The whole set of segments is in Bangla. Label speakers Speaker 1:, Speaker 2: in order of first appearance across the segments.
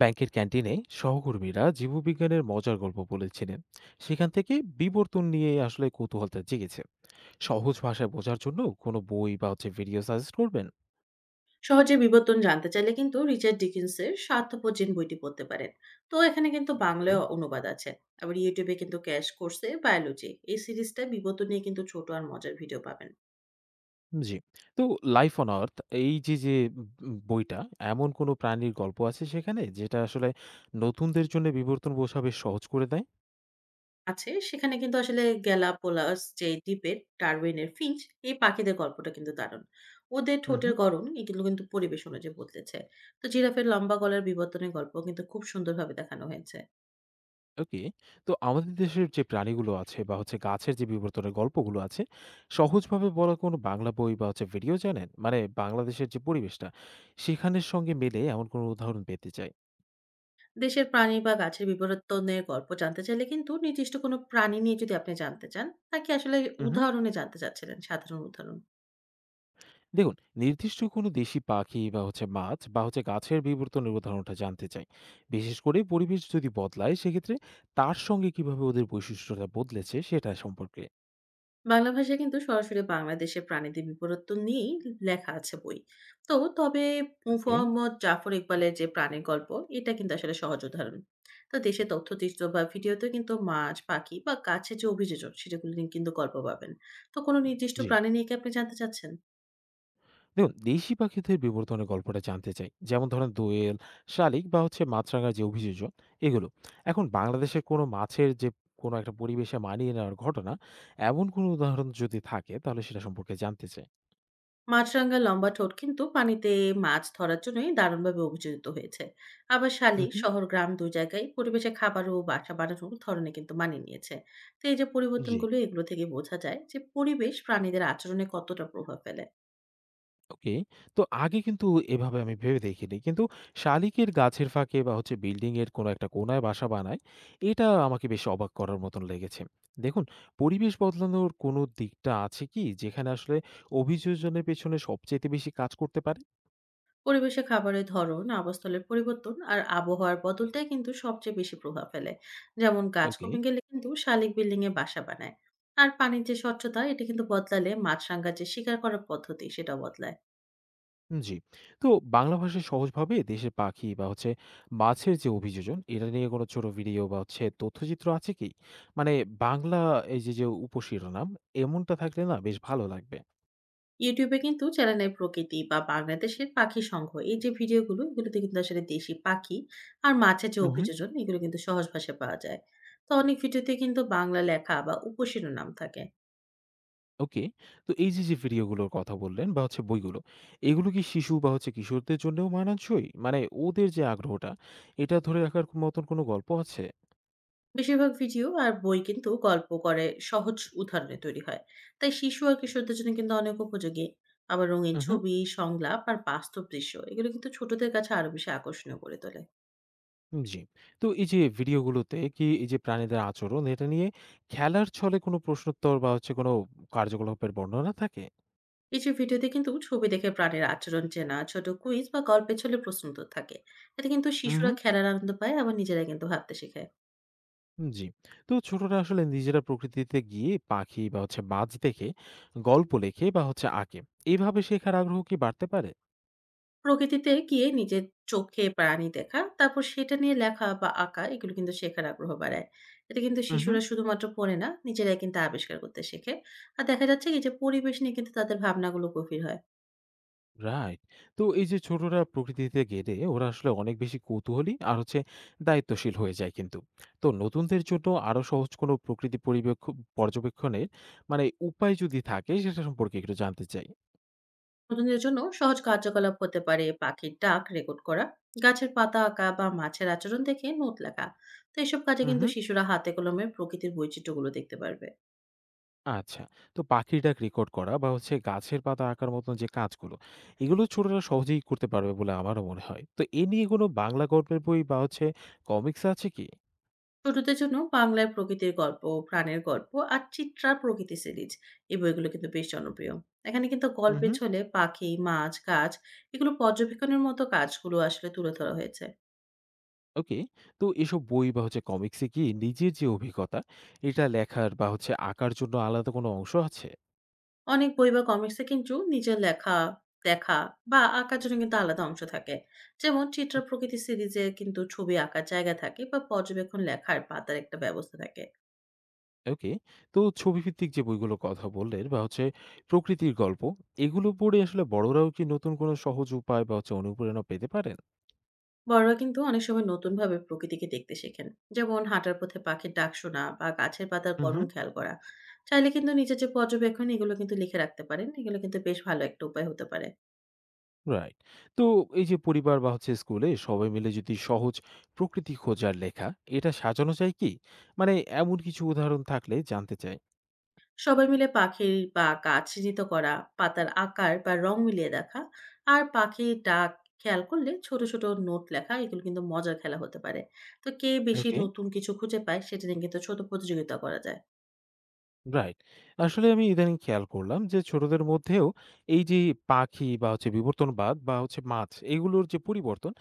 Speaker 1: ব্যাংকের ক্যান্টিনে সহকর্মীরা জীববিজ্ঞানের মজার গল্প বলেছিলেন। সেখান থেকে বিবর্তন নিয়ে আসলে কৌতূহলটা জেগেছে। সহজ ভাষায় বোঝার জন্য কোনো বই বা হচ্ছে ভিডিও সাজেস্ট করবেন?
Speaker 2: সহজে বিবর্তন জানতে চাইলে কিন্তু রিচার্ড ডিকিন্সের স্বার্থপর জিন বইটি পড়তে পারেন। তো এখানে কিন্তু
Speaker 1: ওকে।
Speaker 2: বাংলায় অনুবাদ আছে। আবার ইউটিউবে কিন্তু ক্যাশ কোর্সে বায়োলজি এই সিরিজটা বিবর্তন নিয়ে কিন্তু ছোট আর মজার ভিডিও পাবেন।
Speaker 1: জি। তো লাইফ অন আর্থ, এই যে যে বইটা, এমন কোনো প্রাণীর গল্প আছে সেখানে যেটা আসলে নতুনদের জন্য বিবর্তন বোঝা বেশ সহজ করে দেয়?
Speaker 2: আছে সেখানে কিন্তু আসলে গ্যালাপোলাস যে ডিপেট ডারউইনের ফিঞ্চ এই পাখিদের গল্পটা কিন্তু দারুণ। ওদের ঠোঁটের
Speaker 1: হুম।
Speaker 2: গড়ন এগুলো কিন্তু পরিবেশ অনুযায়ী বদলেছে। তো জিরাফের লম্বা গলার বিবর্তনের গল্প কিন্তু খুব সুন্দরভাবে দেখানো হয়েছে।
Speaker 1: ওকে। তো আমাদের দেশের যে প্রাণীগুলো আছে বা হচ্ছে গাছের যে বিবর্তনের গল্পগুলো আছে, সহজভাবে বলা কোনো বাংলা বই বা হচ্ছে ভিডিও জানেন? মানে বাংলাদেশের যে পরিবেশটা, সেখানের সঙ্গে মেলে এমন কোনো উদাহরণ পেতে চাই।
Speaker 2: দেশের প্রাণী বা গাছের বিবর্তনের গল্প জানতে চাইলে কিন্তু নির্দিষ্ট কোনো প্রাণী নিয়ে যদি আপনি জানতে চান, নাকি আসলে
Speaker 1: উহু।
Speaker 2: উদাহরণে জানতে চাচ্ছিলেন সাধারণ উদাহরণ।
Speaker 1: দেখুন, নির্দিষ্ট কোনো দেশি পাখি বা হচ্ছে মাছ বা হচ্ছে গাছের বিবর্তনের উদাহরণটা জানতে চাই। বিশেষ করে পরিবেশ যদি বদলায়, সেক্ষেত্রে তার সঙ্গে কিভাবে ওদের বৈশিষ্ট্যটা বদলেছে সেটা সম্পর্কে।
Speaker 2: বাংলা ভাষায় কিন্তু সরাসরি বাংলাদেশের প্রাণীদের বিবর্তন নিয়েই লেখা আছে বই। তো তবে
Speaker 1: ওকে,
Speaker 2: মুহাম্মদ জাফর ইকবালের যে প্রাণীর গল্প, এটা কিন্তু আসলে সহজ উদাহরণ। তো দেশে তথ্যচিত্র বা ভিডিওতে কিন্তু মাছ পাখি বা গাছের যে অভিযোজন সেটাগুলো নিয়ে কিন্তু গল্প পাবেন। তো কোনো নির্দিষ্ট
Speaker 1: জি।
Speaker 2: প্রাণী নিয়ে কি আপনি জানতে চাচ্ছেন?
Speaker 1: দেখুন, দেশি পাখিদের বিবর্তনের গল্পটা জানতে চাই। যেমন ধরেন দোয়েল, শালিক বা হচ্ছে মাছরাঙার যে অভিযোজন এগুলো। এখন বাংলাদেশের কোনো মাছের যে কোনো একটা পরিবেশে মানিয়ে নেওয়ার ঘটনা, এমন কোনো উদাহরণ যদি থাকে তাহলে সেটা সম্পর্কে জানতে চাই।
Speaker 2: মাছরাঙা লম্বা ঠোঁট কিন্তু পানিতে মাছ ধরার জন্যই দারুণভাবে অভিযোজিত হয়েছে। আবার শালিক
Speaker 1: হুম।
Speaker 2: শহর গ্রাম দুই জায়গায় পরিবেশে খাবার ও বাসা বানানোর ধরনে কিন্তু মানিয়ে নিয়েছে। তো এই যে
Speaker 1: জি।
Speaker 2: পরিবর্তনগুলো এগুলো থেকে বোঝা যায় যে পরিবেশ প্রাণীদের আচরণে কতটা প্রভাব ফেলে।
Speaker 1: ওকে। তো আগে কিন্তু এভাবে আমি ভেবে দেখিনি। কিন্তু শালিকের গাছের ফাঁকে বা হচ্ছে বিল্ডিং এর কোনো একটা কোণায় বাসা বানায়, এটা আমাকে বেশ অবাক করার মতন লেগেছে। দেখুন, পরিবেশ বদলানোর কোনো দিকটা আছে কি যেখানে আসলে অভিযোজনের পেছনে সবচাইতে বেশি কাজ করতে পারে?
Speaker 2: পরিবেশে খাবারের ধরন আবাসস্থলের পরিবর্তন আর আবহাওয়ার বদলটাই কিন্তু সবচেয়ে বেশি প্রভাব ফেলে। যেমন গাছ
Speaker 1: ওকে,
Speaker 2: কমে গেলে কিন্তু শালিক বিল্ডিং এ বাসা বানায়। আর পানির যে স্বচ্ছতা এটা কিন্তু বদলালে মাছরাঙ্গার যে শিকার করার পদ্ধতি সেটা বদলায়।
Speaker 1: জি। তো বাংলা ভাষায় সহজভাবে দেশের পাখি বা হচ্ছে মাছের যে অভিযোজন, এটা নিয়ে কোনো ছোট ভিডিও বা হচ্ছে তথ্যচিত্র আছে কি? মানে বাংলা, এই যে, উপশিরোনাম এমনটা থাকলে না বেশ ভালো লাগবে।
Speaker 2: ইউটিউবে কিন্তু চ্যানেলে প্রকৃতি বা বাংলাদেশের পাখি সংঘ এই যে ভিডিওগুলো এগুলোতে কিন্তু আসলে দেশি পাখি আর মাছের যে
Speaker 1: উহু।
Speaker 2: অভিযোজন এগুলো কিন্তু সহজ ভাষায় পাওয়া যায়। তো অনেক ভিডিওতে কিন্তু বাংলা লেখা বা উপশিরোনাম থাকে।
Speaker 1: ওকে। তো এই যে, ভিডিওগুলোর কথা বললেন বা হচ্ছে বইগুলো, এগুলো কি শিশু বা হচ্ছে কিশোরদের জন্যেও মানানসই? মানে ওদের যে আগ্রহটা, এটা ধরে রাখার মতন কোনো গল্প আছে?
Speaker 2: বেশিরভাগ ভিডিও আর বই কিন্তু গল্প করে সহজ উদাহরণে তৈরি হয়। তাই শিশু আর কিশোরদের জন্য কিন্তু অনেক উপযোগী। আবার রঙিন
Speaker 1: উহু।
Speaker 2: ছবি সংলাপ আর বাস্তব দৃশ্য এগুলো কিন্তু ছোটদের কাছে আরো বেশি আকর্ষণীয় করে তোলে।
Speaker 1: জি। তো এই যে ভিডিওগুলোতে কি এই যে প্রাণীদের আচরণ, এটা নিয়ে খেলার ছলে কোনো প্রশ্নোত্তর বা হচ্ছে কোনো কার্যকলাপের বর্ণনা থাকে?
Speaker 2: কিছু ভিডিওতে কিন্তু ছবি দেখে প্রাণীর আচরণ চেনা ছোট কুইজ বা গল্পের ছলে প্রশ্ন উত্তর থাকে। এতে কিন্তু শিশুরা
Speaker 1: উহু।
Speaker 2: খেলার আনন্দ পায় আবার নিজেরা কিন্তু ভাবতে শেখে।
Speaker 1: জি। তো ছোটরা আসলে নিজেরা প্রকৃতিতে গিয়ে পাখি বা হচ্ছে বাজ দেখে, গল্প লেখে বা হচ্ছে আঁকে। এভাবে শেখার আগ্রহ কি বাড়তে পারে?
Speaker 2: প্রকৃতিতে গিয়ে নিজের চোখে প্রাণী দেখা, তারপর সেটা নিয়ে লেখা বা আঁকা এগুলো কিন্তু শেখার আগ্রহ বাড়ায়। এতে কিন্তু
Speaker 1: উহু।
Speaker 2: শিশুরা শুধুমাত্র পড়ে না, নিজেরাই কিন্তু আবিষ্কার করতে শেখে। আর দেখা যাচ্ছে কি যে পরিবেশ নিয়ে কিন্তু তাদের ভাবনাগুলো গভীর হয়।
Speaker 1: রাইট। তো এই যে ছোটরা প্রকৃতিতে গেলে ওরা আসলে অনেক বেশি কৌতূহলী আর হচ্ছে দায়িত্বশীল হয়ে যায় কিন্তু। তো নতুনদের জন্য আরো সহজ কোনো প্রকৃতি পর্যবেক্ষণের মানে উপায় যদি থাকে সেটা সম্পর্কে একটু জানতে চাই।
Speaker 2: বিনোদনের জন্য সহজ কার্যকলাপ হতে পারে পাখির ডাক রেকর্ড করা, গাছের পাতা আঁকা বা মাছের আচরণ দেখে নোট লেখা। তো এসব কাজে
Speaker 1: হুম,
Speaker 2: কিন্তু
Speaker 1: হুম।
Speaker 2: শিশুরা হাতে কলমে প্রকৃতির বৈচিত্র্যগুলো দেখতে পারবে।
Speaker 1: আচ্ছা। তো পাখির ডাক রেকর্ড করা বা হচ্ছে গাছের পাতা আঁকার মতন যে কাজগুলো, এগুলো ছোটরা সহজেই করতে পারবে বলে আমারও মনে হয়। তো এ নিয়ে কোনো বাংলা গল্পের বই বা হচ্ছে কমিক্স আছে কি?
Speaker 2: ছোটদের জন্য বাংলায় প্রকৃতির গল্প, প্রাণের গল্প আর চিত্রা প্রকৃতি সিরিজ, এই বইগুলো কিন্তু বেশ জনপ্রিয়। এখানে কিন্তু গল্পে ছলে পাখি মাছ গাছ এগুলো পর্যবেক্ষণের মতো কাজগুলো আসলে তুলে ধরা হয়েছে।
Speaker 1: ওকে। তো এসব বই বা হচ্ছে কমিক্সে কি নিজের যে অভিজ্ঞতা, এটা লেখার বা হচ্ছে আঁকার জন্য আলাদা কোনো অংশ আছে?
Speaker 2: অনেক বই বা কমিক্সে কিন্তু নিজের লেখা, দেখা বা আঁকার জন্য কিন্তু আলাদা অংশ থাকে। যেমন চিত্র
Speaker 1: হুম।
Speaker 2: প্রকৃতি সিরিজে কিন্তু ছবি আঁকার জায়গা থাকে বা পর্যবেক্ষণ লেখার পাতার একটা ব্যবস্থা থাকে।
Speaker 1: ওকে। তো ছবিভিত্তিক যে বইগুলোর কথা বললেন বা হচ্ছে প্রকৃতির গল্প, এগুলো পড়ে আসলে বড়রাও কি নতুন কোনো সহজ উপায় বা হচ্ছে অনুপ্রেরণা পেতে পারেন?
Speaker 2: বড়রা কিন্তু অনেক সময় নতুন ভাবে প্রকৃতিকে দেখতে শেখেন, যেমন হাঁটার পথে পাখির ডাক শোনা বা গাছের পাতার
Speaker 1: হু,
Speaker 2: গড়ন
Speaker 1: হুম।
Speaker 2: খেয়াল করা। চাইলে কিন্তু নিজের যে পর্যবেক্ষণ এগুলো কিন্তু লিখে রাখতে পারেন, এগুলো কিন্তু বেশ ভালো একটা উপায় হতে পারে।
Speaker 1: রাইট। তো এই যে পরিবার বা হচ্ছে স্কুলে সবাই মিলে যদি সহজ প্রকৃতি খোঁজার লেখা, এটা সাজানো যায় কি? মানে এমন কিছু উদাহরণ থাকলে জানতে চাই।
Speaker 2: সবাই মিলে পাখির বা গাছ চিহ্নিত করা, পাতার আকার বা রং মিলিয়ে দেখা, আর পাখির ডাক খেয়াল করলে ছোট ছোট নোট লেখা, এগুলো কিন্তু মজার খেলা হতে পারে। তো কে বেশি
Speaker 1: ওকে।
Speaker 2: নতুন কিছু খুঁজে পায় সেটা নিয়ে কিন্তু ছোট প্রতিযোগিতা করা যায়।
Speaker 1: রাইট। আসলে আমি ইদানিং খেয়াল করলাম যে ছোটদের মধ্যেও এই যে পাখি বা হচ্ছে বিবর্তনবাদ বা হচ্ছে মাছ এগুলোর যে পরিবর্তন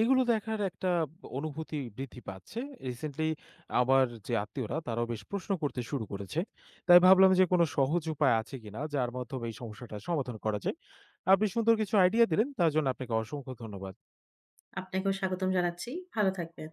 Speaker 1: এগুলো দেখার একটা অনুভূতি বৃদ্ধি পাচ্ছে। রিসেন্টলি আমার যে আত্মীয়রা তারাও বেশ প্রশ্ন করতে শুরু করেছে। তাই ভাবলাম যে কোনো সহজ উপায় আছে কিনা যার মাধ্যমে এই সমস্যাটার সমাধান করা যায়। আপনি সুন্দর কিছু আইডিয়া দিলেন, তার জন্য আপনাকে অসংখ্য ধন্যবাদ।
Speaker 2: আপনাকেও স্বাগতম জানাচ্ছি। ভালো থাকবেন।